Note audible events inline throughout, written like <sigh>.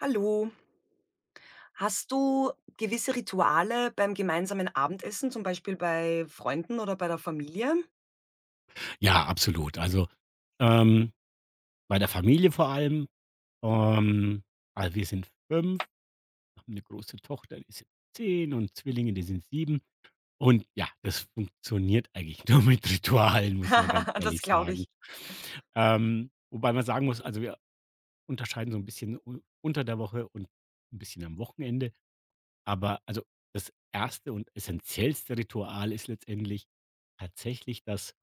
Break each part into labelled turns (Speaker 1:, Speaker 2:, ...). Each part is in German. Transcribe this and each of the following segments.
Speaker 1: Hallo. Hast du gewisse Rituale beim gemeinsamen Abendessen, zum Beispiel bei Freunden oder bei der Familie?
Speaker 2: Ja, absolut. Also, ähm, bei der Familie vor allem, ähm, also wir sind 5, haben eine große Tochter, die ist jetzt 10 und Zwillinge, die sind 7. Und ja, das funktioniert eigentlich <laughs> nur mit Ritualen, muss man ganz
Speaker 1: <laughs> Das
Speaker 2: ehrlich
Speaker 1: glaube
Speaker 2: sagen.
Speaker 1: ich.
Speaker 2: Wobei man sagen muss, also wir unterscheiden so ein bisschen un unter der Woche und ein bisschen am Wochenende. Aber also das erste und essentiellste Ritual ist letztendlich tatsächlich das,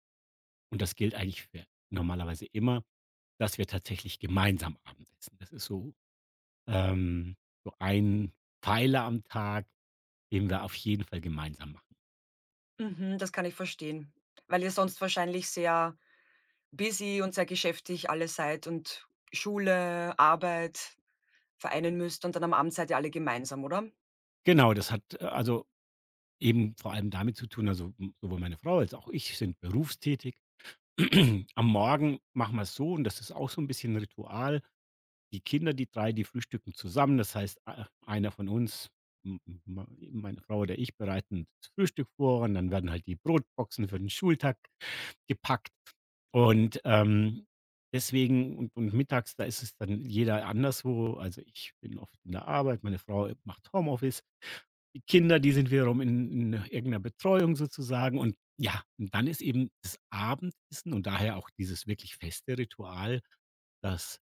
Speaker 2: und das gilt eigentlich für normalerweise immer, dass wir tatsächlich gemeinsam Abendessen. Das ist so, ähm, so ein Pfeiler am Tag, den wir auf jeden Fall gemeinsam machen.
Speaker 1: Mhm, das kann ich verstehen, weil ihr sonst wahrscheinlich sehr busy und sehr geschäftig alle seid und Schule, Arbeit vereinen müsst und dann am Abend seid ihr alle gemeinsam, oder?
Speaker 2: Genau, das hat also eben vor allem damit zu tun, also sowohl meine Frau als auch ich sind berufstätig. <clears throat> Am Morgen machen wir es so, und das ist auch so ein bisschen ein Ritual. Die Kinder, die drei, die frühstücken zusammen. Das heißt, einer von uns, m- m- meine Frau oder ich, bereiten das Frühstück vor, und dann werden halt die Brotboxen für den Schultag gepackt. Und, deswegen und mittags, da ist es dann jeder anderswo. Also, ich bin oft in der Arbeit, meine Frau macht Homeoffice, die Kinder, die sind wiederum in irgend Betreuung sozusagen, und ja, und dann ist eben das Abendessen, und daher auch dieses wirklich feste Ritual, dass,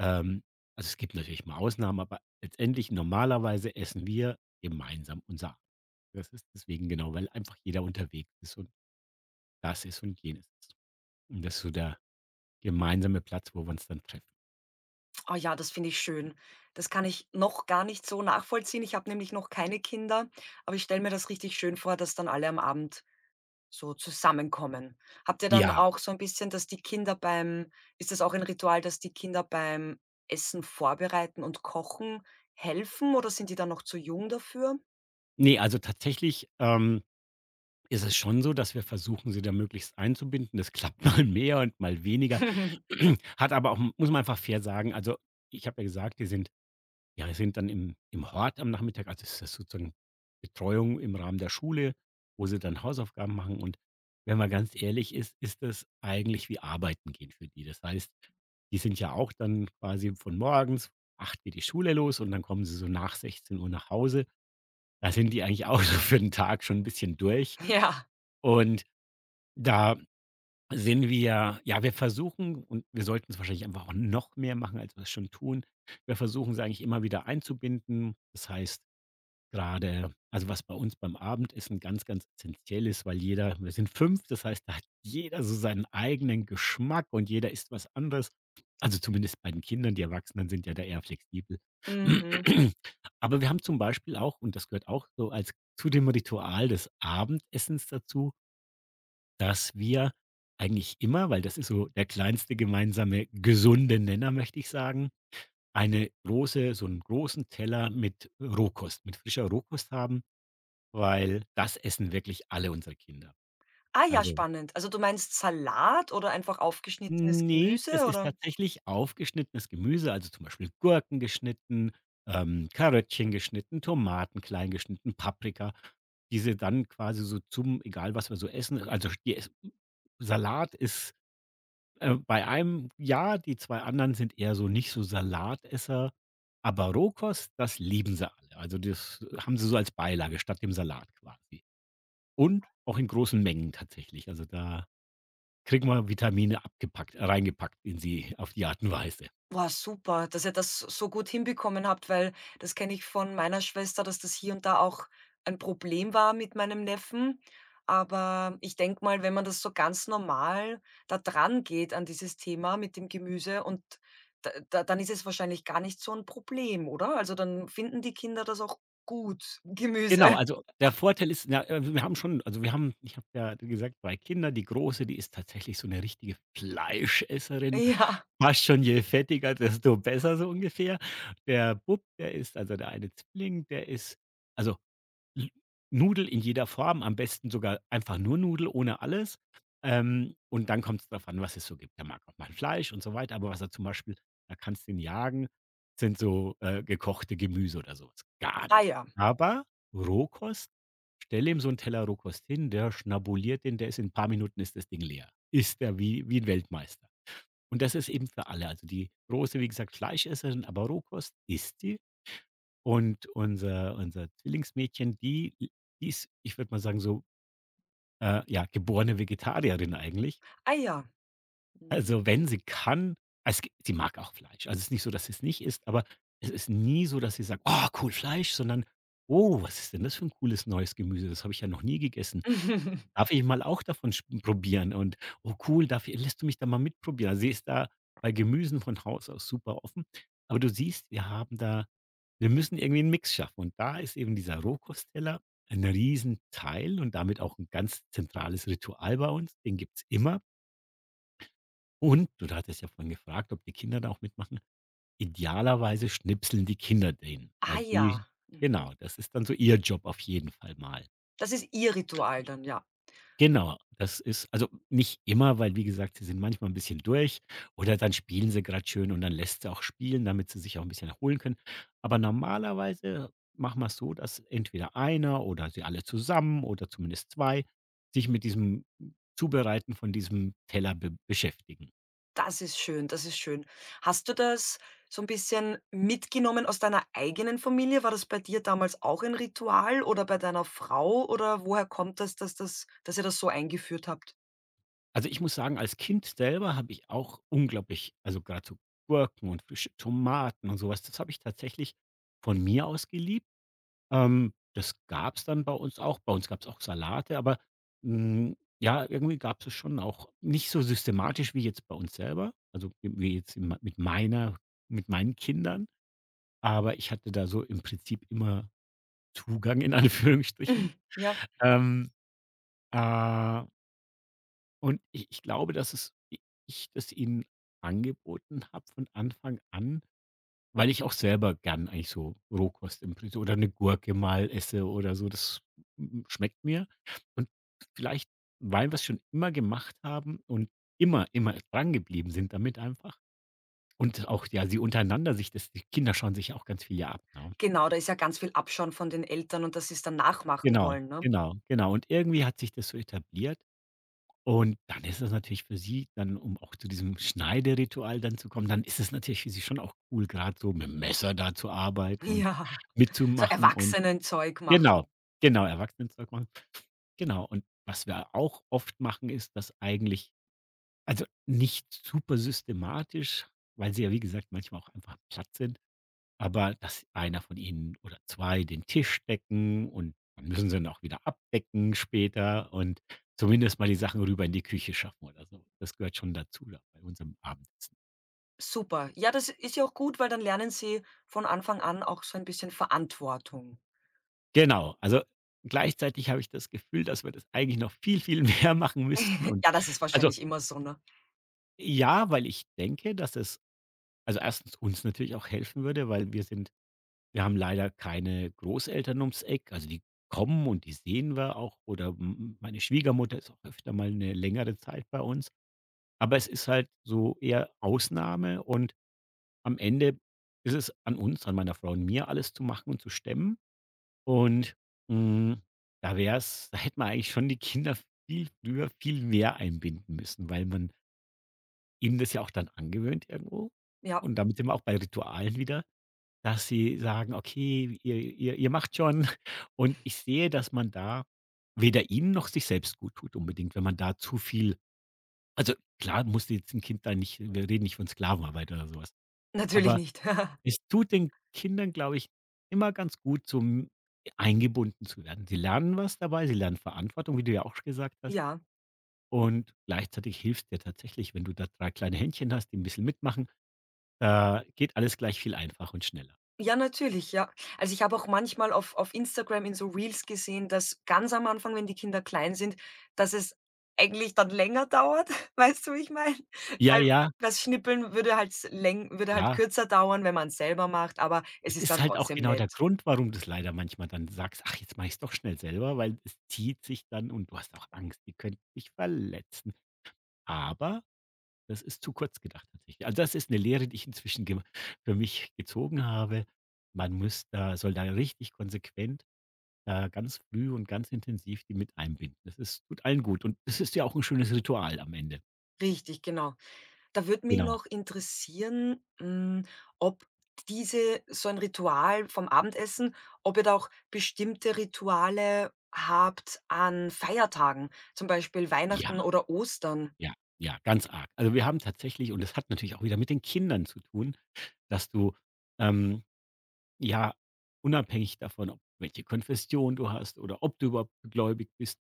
Speaker 2: ähm also, es gibt natürlich mal Ausnahmen, aber letztendlich normalerweise essen wir gemeinsam unser Abendessen. Das ist deswegen genau, weil einfach jeder unterwegs ist und das ist und jenes ist. Und das ist so der gemeinsame Platz, wo wir uns dann treffen.
Speaker 1: Oh ja, das finde ich schön. Das kann ich noch gar nicht so nachvollziehen. Ich habe nämlich noch keine Kinder, aber ich stelle mir das richtig schön vor, dass dann alle am Abend so zusammenkommen. Habt ihr dann
Speaker 2: Ja,
Speaker 1: auch so ein bisschen, dass die Kinder beim ist das auch ein Ritual, dass die Kinder beim Essen vorbereiten und kochen helfen oder sind die dann noch zu jung dafür?
Speaker 2: ne, also tatsächlich, ist es schon so, dass wir versuchen, sie da möglichst einzubinden. Das klappt <laughs> mal mehr und mal weniger.
Speaker 1: <laughs>
Speaker 2: <clears throat> Hat aber auch, muss man einfach fair sagen, also, ich habe ja gesagt, die sind, ja, wir sind dann im Hort am Nachmittag. Also, ist das sozusagen Betreuung im Rahmen der Schule, wo sie dann Hausaufgaben machen, und wenn man ganz ehrlich ist, ist das eigentlich wie Arbeiten gehen für die. Das heißt, die sind ja auch dann quasi von morgens 8:00 geht die Schule los, und dann kommen sie so nach 16 Uhr nach Hause. Da sind die eigentlich auch <laughs> so für den Tag schon ein bisschen durch,
Speaker 1: Ja,
Speaker 2: und da sind wir, ja, wir versuchen, und wir sollten es wahrscheinlich einfach auch noch mehr machen, als wir es schon tun. Wir versuchen sie eigentlich immer wieder einzubinden. Das heißt, gerade also, was bei uns beim Abendessen ganz, ganz essenziell ist, weil jeder, wir sind fünf, das heißt, da hat jeder so seinen eigenen Geschmack und jeder isst was anderes. Also, zumindest bei den Kindern, die Erwachsenen sind ja da eher flexibel.
Speaker 1: mhm.
Speaker 2: <clears throat> Aber wir haben zum Beispiel auch, und das gehört auch so als zu dem Ritual des Abendessens dazu, dass wir eigentlich immer, weil das ist so der kleinste gemeinsame gesunde Nenner, möchte ich sagen, eine große, so einen großen Teller mit Rohkost, mit frischer Rohkost haben. Weil das essen wirklich alle unsere Kinder.
Speaker 1: Ah ja,
Speaker 2: Also
Speaker 1: spannend. Also, du meinst Salat oder einfach aufgeschnittenes
Speaker 2: nee, es
Speaker 1: Gemüse
Speaker 2: ist
Speaker 1: oder
Speaker 2: tatsächlich aufgeschnittenes Gemüse, also zum Beispiel Gurken geschnitten, Karöttchen geschnitten, Tomaten klein geschnitten, Paprika, diese dann quasi so zum, egal was wir so essen, also die es Salat ist, bei einem, ja, die 2 anderen sind eher so nicht so Salatesser, aber Rohkost, das lieben sie alle. Also das haben sie so als Beilage statt dem Salat quasi. Und auch in großen Mengen tatsächlich. Also, da kriegen wir Vitamine abgepackt reingepackt in sie auf die Art und Weise.
Speaker 1: boah, super, dass ihr das so gut hinbekommen habt, weil das kenne ich von meiner Schwester, dass das hier und da auch ein Problem war mit meinem Neffen. Aber ich denke mal, wenn man das so ganz normal da dran geht an dieses Thema mit dem Gemüse und da dann ist es wahrscheinlich gar nicht so ein Problem, oder? Also dann finden die Kinder das auch gut, Gemüse.
Speaker 2: Genau,
Speaker 1: <laughs>
Speaker 2: also der Vorteil ist, na, wir haben schon, also, wir haben, ich habe ja gesagt, 2 Kinder. Die Große, die ist tatsächlich so eine richtige Fleischesserin.
Speaker 1: Ja,
Speaker 2: Fast schon je fettiger, desto besser so ungefähr. Der Bub, der ist also der eine Zwilling, der ist also L Nudel in jeder Form, am besten sogar einfach nur Nudel ohne alles. Und dann kommt es drauf an, was es so gibt. Der mag auch mal Fleisch und so weiter, aber was er zum Beispiel, da kannst du ihn jagen, sind so, gekochte Gemüse oder sowas, gar nicht.
Speaker 1: Eier.
Speaker 2: Aber Rohkost, stell ihm so einen Teller Rohkost hin, der schnabuliert den, der ist in ein paar Minuten ist das Ding leer. Isst er wie ein Weltmeister. Und das ist eben für alle. Also, die Große, wie gesagt, Fleischesserin, aber Rohkost isst sie. Und unser Zwillingsmädchen, die die ist, ich würde mal sagen, so, ja, geborene Vegetarierin eigentlich.
Speaker 1: Eier. Mhm.
Speaker 2: Also, wenn sie kann es g sie mag auch Fleisch. Also, es ist nicht so, dass sie es nicht isst, aber es ist nie so, dass sie sagt: „Oh, cool, Fleisch“, sondern: „Oh, was ist denn das für ein cooles neues Gemüse? Das habe ich ja noch nie gegessen.
Speaker 1: <laughs>
Speaker 2: Darf ich mal auch davon sch probieren?“ Und: „Oh cool, darf i lässt du mich da mal mitprobieren?“ Also, sie ist da bei Gemüsen von Haus aus super offen. Aber du siehst, wir haben da, wir müssen irgendwie einen Mix schaffen. Und da ist eben dieser Rohkosteller ein Riesenteil und damit auch ein ganz zentrales Ritual bei uns. Den gibt's immer. Und du hattest ja vorhin gefragt, ob die Kinder da auch mitmachen. Idealerweise schnipseln die Kinder den. Also
Speaker 1: Eier.
Speaker 2: die,
Speaker 1: Mhm.
Speaker 2: genau, das ist dann so ihr Job auf jeden Fall mal.
Speaker 1: Das ist ihr Ritual dann, ja.
Speaker 2: Genau, das ist also nicht immer, weil, wie gesagt, sie sind manchmal ein bisschen durch oder dann spielen sie gerade schön, und dann lässt sie auch spielen, damit sie sich auch ein bisschen erholen können. Aber normalerweise machen wir es so, dass entweder einer oder sie alle zusammen oder zumindest 2 sich mit diesem Zubereiten von diesem Teller be beschäftigen.
Speaker 1: Das ist schön, das ist schön. Hast du das so ein bisschen mitgenommen aus deiner eigenen Familie? War das bei dir damals auch ein Ritual oder bei deiner Frau oder woher kommt das, dass dass ihr das so eingeführt habt?
Speaker 2: Also, ich muss sagen, als Kind selber habe ich auch unglaublich, also, gerade so Gurken und frische Tomaten und sowas, das habe ich tatsächlich von mir aus geliebt. Das gab es dann bei uns auch. Bei uns gab es auch Salate, aber, hm, ja, irgendwie gab es schon auch nicht so systematisch wie jetzt bei uns selber, also, wie jetzt in mit meiner, mit meinen Kindern, aber ich hatte da so im Prinzip immer Zugang in <laughs> Anführungsstrichen.
Speaker 1: Mhm. Ja,
Speaker 2: Ähm, äh, und ich glaube, dass es i ich das ihnen angeboten habe von Anfang an. Weil ich auch selber gern eigentlich so Rohkost im Prinzip oder eine Gurke mal esse oder so. Das, hm, schmeckt mir. Und vielleicht, weil wir's schon immer gemacht haben und immer, immer drangeblieben sind damit einfach, und auch, ja, sie untereinander sich das, die Kinder schauen sich ja auch ganz viel ja ab, ne?
Speaker 1: genau, da ist ja ganz viel Abschauen von den Eltern und dass sie's dann nachmachen
Speaker 2: Genau,
Speaker 1: wollen, ne?
Speaker 2: genau, genau. Und irgendwie hat sich das so etabliert, und dann ist es natürlich für sie dann, um auch zu diesem Schneideritual dann zu kommen, dann ist es natürlich für sie schon auch cool, gerade so mit'm Messer da zu
Speaker 1: <laughs>
Speaker 2: arbeiten und
Speaker 1: Ja, so
Speaker 2: mitzumachen und,
Speaker 1: Erwachsenenzeug
Speaker 2: genau,
Speaker 1: machen.
Speaker 2: genau, Erwachsenenzeug machen. Genau, und was wir auch oft machen, ist, dass eigentlich, also, nicht super systematisch, weil sie ja, wie gesagt, manchmal auch einfach platt sind, aber dass einer von ihnen oder 2 den Tisch decken und dann müssen sie ihn auch wieder abdecken später und zumindest mal die Sachen rüber in die Küche schaffen oder so. Das gehört schon dazu da bei unserem Abendessen.
Speaker 1: Super. Ja, das ist ja auch gut, weil dann lernen sie von Anfang an auch so ein bisschen Verantwortung.
Speaker 2: Genau, also, gleichzeitig habe ich das Gefühl, dass wir das eigentlich noch viel, viel <laughs> mehr machen müssten
Speaker 1: <laughs>
Speaker 2: und
Speaker 1: Ja, das ist
Speaker 2: also,
Speaker 1: wahrscheinlich immer so, ne?
Speaker 2: ja, weil ich denke, dass es, also, erstens uns natürlich auch helfen würde, weil wir sind, wir haben leider keine Großeltern ums Eck. Also, die kommen, und die sehen wir auch, oder m meine Schwiegermutter ist auch öfter mal eine längere Zeit bei uns. Aber es ist halt so eher Ausnahme, und am Ende ist es an uns, an meiner Frau und mir, alles zu machen und zu stemmen. Und, hm, da wäre es, <laughs> da hätte man eigentlich schon die Kinder viel früher, viel mehr einbinden müssen, weil man ihm das ja auch dann angewöhnt irgendwo.
Speaker 1: Ja,
Speaker 2: Und damit sind wir auch bei Ritualen wieder, dass sie sagen: „Okay, ihr ihr macht schon.“ <laughs> Und ich sehe, dass man da weder ihnen noch sich selbst gut tut unbedingt, wenn man da zu viel, also klar, musst du jetzt ein Kind da nicht, wir reden nicht von Sklavenarbeit oder sowas.
Speaker 1: natürlich
Speaker 2: Aber
Speaker 1: nicht. <laughs>
Speaker 2: es tut den Kindern, glaube ich, immer ganz gut, so m eingebunden zu werden. Sie lernen was dabei, sie lernen Verantwortung, wie du ja auch schon gesagt hast.
Speaker 1: Ja.
Speaker 2: Und gleichzeitig hilft's dir tatsächlich, wenn du da 3 kleine Händchen hast, die ein bisschen mitmachen. Geht alles gleich viel einfacher und schneller.
Speaker 1: Ja, natürlich, ja. Also, ich habe auch manchmal auf Instagram in so Reels gesehen, dass ganz am Anfang, wenn die Kinder klein sind, dass es eigentlich dann länger dauert, <laughs> weißt du, wie ich meine?
Speaker 2: Ja,
Speaker 1: Weil
Speaker 2: ja,
Speaker 1: das Schnippeln würde halt s läng würde halt
Speaker 2: klar.
Speaker 1: kürzer dauern, wenn man es selber macht, aber
Speaker 2: Das
Speaker 1: es ist
Speaker 2: ist
Speaker 1: dann
Speaker 2: halt auch
Speaker 1: trotzdem
Speaker 2: genau der
Speaker 1: nett.
Speaker 2: Grund, warum du's leider manchmal dann sagst: „Ach, jetzt mache ich es doch schnell selber“, weil es zieht sich dann und du hast auch Angst, die könnten dich verletzen. Aber das ist zu kurz gedacht tatsächlich. Also, das ist eine Lehre, die ich inzwischen gem für mich gezogen habe. Man muss da soll da richtig konsequent, da ganz früh und ganz intensiv die mit einbinden. Das ist tut allen gut und es ist ja auch ein schönes Ritual am Ende.
Speaker 1: Richtig, genau. Da würde mich
Speaker 2: Genau.
Speaker 1: noch interessieren, ob diese so ein Ritual vom Abendessen ob ihr da auch bestimmte Rituale habt an Feiertagen, zum Beispiel
Speaker 2: Ja.
Speaker 1: Weihnachten oder Ostern
Speaker 2: Ja, ja, ganz arg. Also, wir haben tatsächlich und das hat natürlich auch wieder mit den Kindern zu tun, dass du, ähm, ja, unabhängig davon, ob welche Konfession du hast oder ob du überhaupt gläubig bist,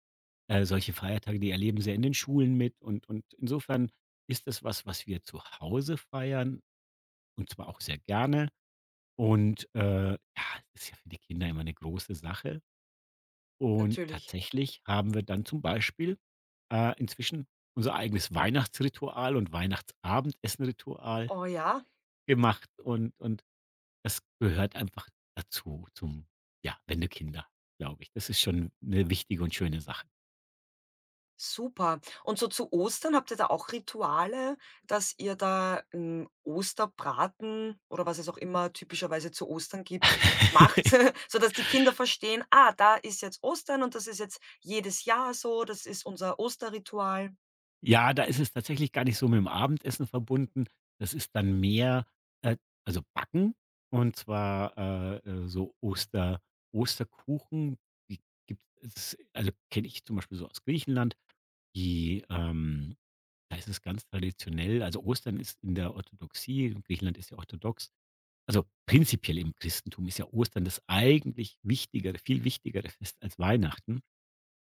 Speaker 2: solche Feiertage, die erleben sie ja in den Schulen mit und insofern ist das was, was wir zu Hause feiern und zwar auch sehr gerne und, ja, es ist ja für die Kinder immer eine große Sache. Und
Speaker 1: natürlich.
Speaker 2: tatsächlich haben wir dann zum Beispiel, inzwischen unser eigenes Weihnachtsritual und Weihnachtsabendessenritual
Speaker 1: Oh ja?
Speaker 2: gemacht und das gehört einfach dazu zum ja, wenn du Kinder glaube ich. Das ist schon eine wichtige und schöne Sache.
Speaker 1: Super. Und so zu Ostern, habt ihr da auch Rituale, dass ihr da 'n Osterbraten oder was es auch immer typischerweise zu Ostern gibt, macht,
Speaker 2: <laughs>
Speaker 1: <laughs> sodass die Kinder verstehen: „Ah, da ist jetzt Ostern und das ist jetzt jedes Jahr so, das ist unser Osterritual.“
Speaker 2: Ja, da ist es tatsächlich gar nicht so mit dem Abendessen verbunden. Das ist dann mehr äh, also Backen und zwar, so Oster Osterkuchen. Die gibt es also, kenne ich zum Beispiel so aus Griechenland, die, da ist es ganz traditionell. Also Ostern ist in der Orthodoxie, und Griechenland ist ja orthodox. Also prinzipiell im Christentum ist ja Ostern das eigentlich wichtigere, viel wichtigere Fest als Weihnachten,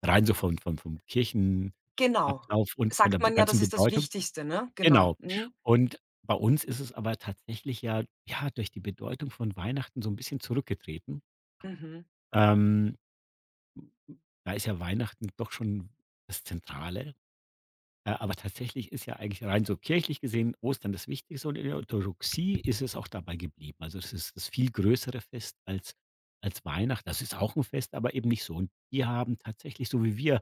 Speaker 2: rein so von vom Kirchenablauf
Speaker 1: Genau.
Speaker 2: und von der
Speaker 1: Sagt man ja, das
Speaker 2: ganzen
Speaker 1: ist das
Speaker 2: Bedeutung.
Speaker 1: Wichtigste, ne? Genau.
Speaker 2: Genau.
Speaker 1: Mhm.
Speaker 2: Und bei uns ist es aber tatsächlich ja, durch die Bedeutung von Weihnachten, so ein bisschen zurückgetreten.
Speaker 1: Mhm.
Speaker 2: Ähm, Da ist ja Weihnachten doch schon das Zentrale. Aber tatsächlich ist ja eigentlich rein so kirchlich gesehen Ostern das Wichtigste, und in der Orthodoxie ist es auch dabei geblieben. Also, es ist das viel größere Fest als als Weihnachten. Das ist auch ein Fest, aber eben nicht so. Und die haben tatsächlich, so wie wir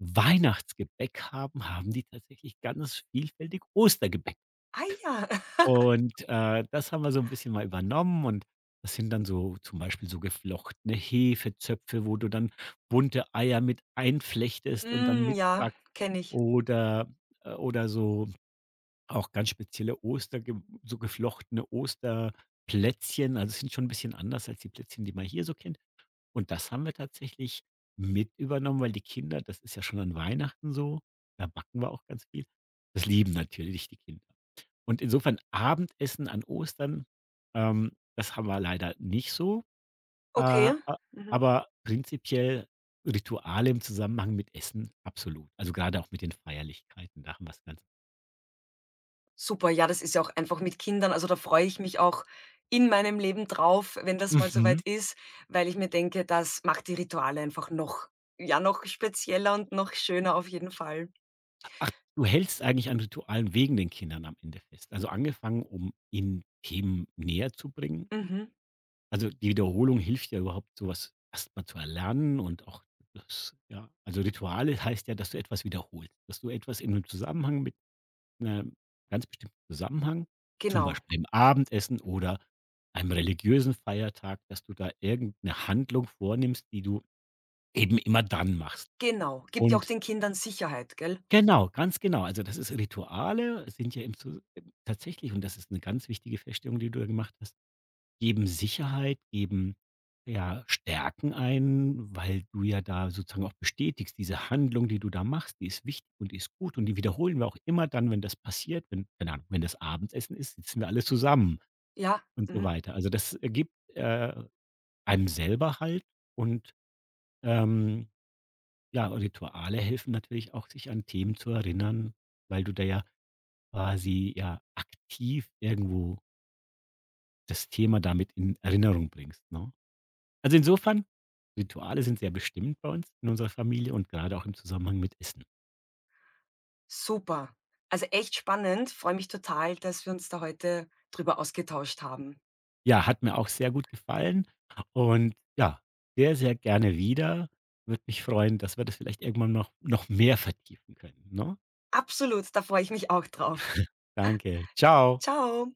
Speaker 2: Weihnachtsgebäck haben, haben die tatsächlich ganz vielfältig Ostergebäck.
Speaker 1: Ah ja. <laughs>
Speaker 2: Und, das haben wir so ein bisschen mal übernommen, und das sind dann so zum Beispiel so geflochtene Hefezöpfe, wo du dann bunte Eier mit einflechtest und dann
Speaker 1: Hm, ja,
Speaker 2: mitbackst
Speaker 1: kenne ich.
Speaker 2: oder oder so auch ganz spezielle Oster so geflochtene Osterplätzchen. Also, es sind schon ein bisschen anders als die Plätzchen, die man hier so kennt. Und das haben wir tatsächlich mit übernommen, weil die Kinder das ist ja schon an Weihnachten so, da backen wir auch ganz viel. Das lieben natürlich die Kinder. Und insofern Abendessen an Ostern, das haben wir leider nicht so,
Speaker 1: Okay.
Speaker 2: a
Speaker 1: Mhm.
Speaker 2: aber prinzipiell Rituale im Zusammenhang mit Essen absolut. Also, gerade auch mit den Feierlichkeiten, da haben wir es ganz
Speaker 1: Super, ja, das ist ja auch einfach mit Kindern also, da freue ich mich auch in meinem Leben drauf, wenn das mal soweit
Speaker 2: mhm.
Speaker 1: ist, weil ich mir denke, das macht die Rituale einfach noch ja, noch spezieller und noch schöner auf jeden Fall.
Speaker 2: Ach, du hältst eigentlich an Ritualen wegen den Kindern am Ende fest? Also, angefangen, um ihnen Themen näher zu bringen?
Speaker 1: Mhm,
Speaker 2: Also, die Wiederholung hilft ja überhaupt, sowas erstmal zu erlernen und auch das ja, also Rituale heißt ja, dass du etwas wiederholst, dass du etwas in einem Zusammenhang mit 'nem ganz bestimmten Zusammenhang, zum
Speaker 1: genau,
Speaker 2: Beispiel im Abendessen oder einem religiösen Feiertag, dass du da irgendeine Handlung vornimmst, die du eben immer dann machst.
Speaker 1: genau. Gibt ja auch
Speaker 2: Und
Speaker 1: den Kindern Sicherheit, gell?
Speaker 2: genau, ganz genau. Also, das ist Rituale sind ja im Zus tatsächlich, und das ist eine ganz wichtige Feststellung, die du da gemacht hast. Geben Sicherheit, geben, ja, stärken ein, weil du ja da sozusagen auch bestätigst, diese Handlung, die du da machst, die ist wichtig und die ist gut und die wiederholen wir auch immer dann, wenn das passiert, wenn keine Ahnung, wenn das Abendessen ist, sitzen wir alle zusammen
Speaker 1: Ja,
Speaker 2: und so
Speaker 1: mhm,
Speaker 2: weiter. Also, das ergibt, einem selber halt und, ähm, ja, und Rituale helfen natürlich auch, sich an Themen zu erinnern, weil du da ja quasi, ja, aktiv irgendwo das Thema damit in Erinnerung bringst, ne? Also, insofern, Rituale sind sehr bestimmt bei uns in unserer Familie und gerade auch im Zusammenhang mit Essen.
Speaker 1: super. Also, echt spannend, freue mich total, dass wir uns da heute drüber ausgetauscht haben.
Speaker 2: Ja, hat mir auch sehr gut gefallen und ja, sehr, sehr gerne wieder. Würde mich freuen, dass wir das vielleicht irgendwann noch mehr vertiefen können, ne?
Speaker 1: Absolut, da freue ich mich auch drauf.
Speaker 2: Danke. Ciao.
Speaker 1: Ciao.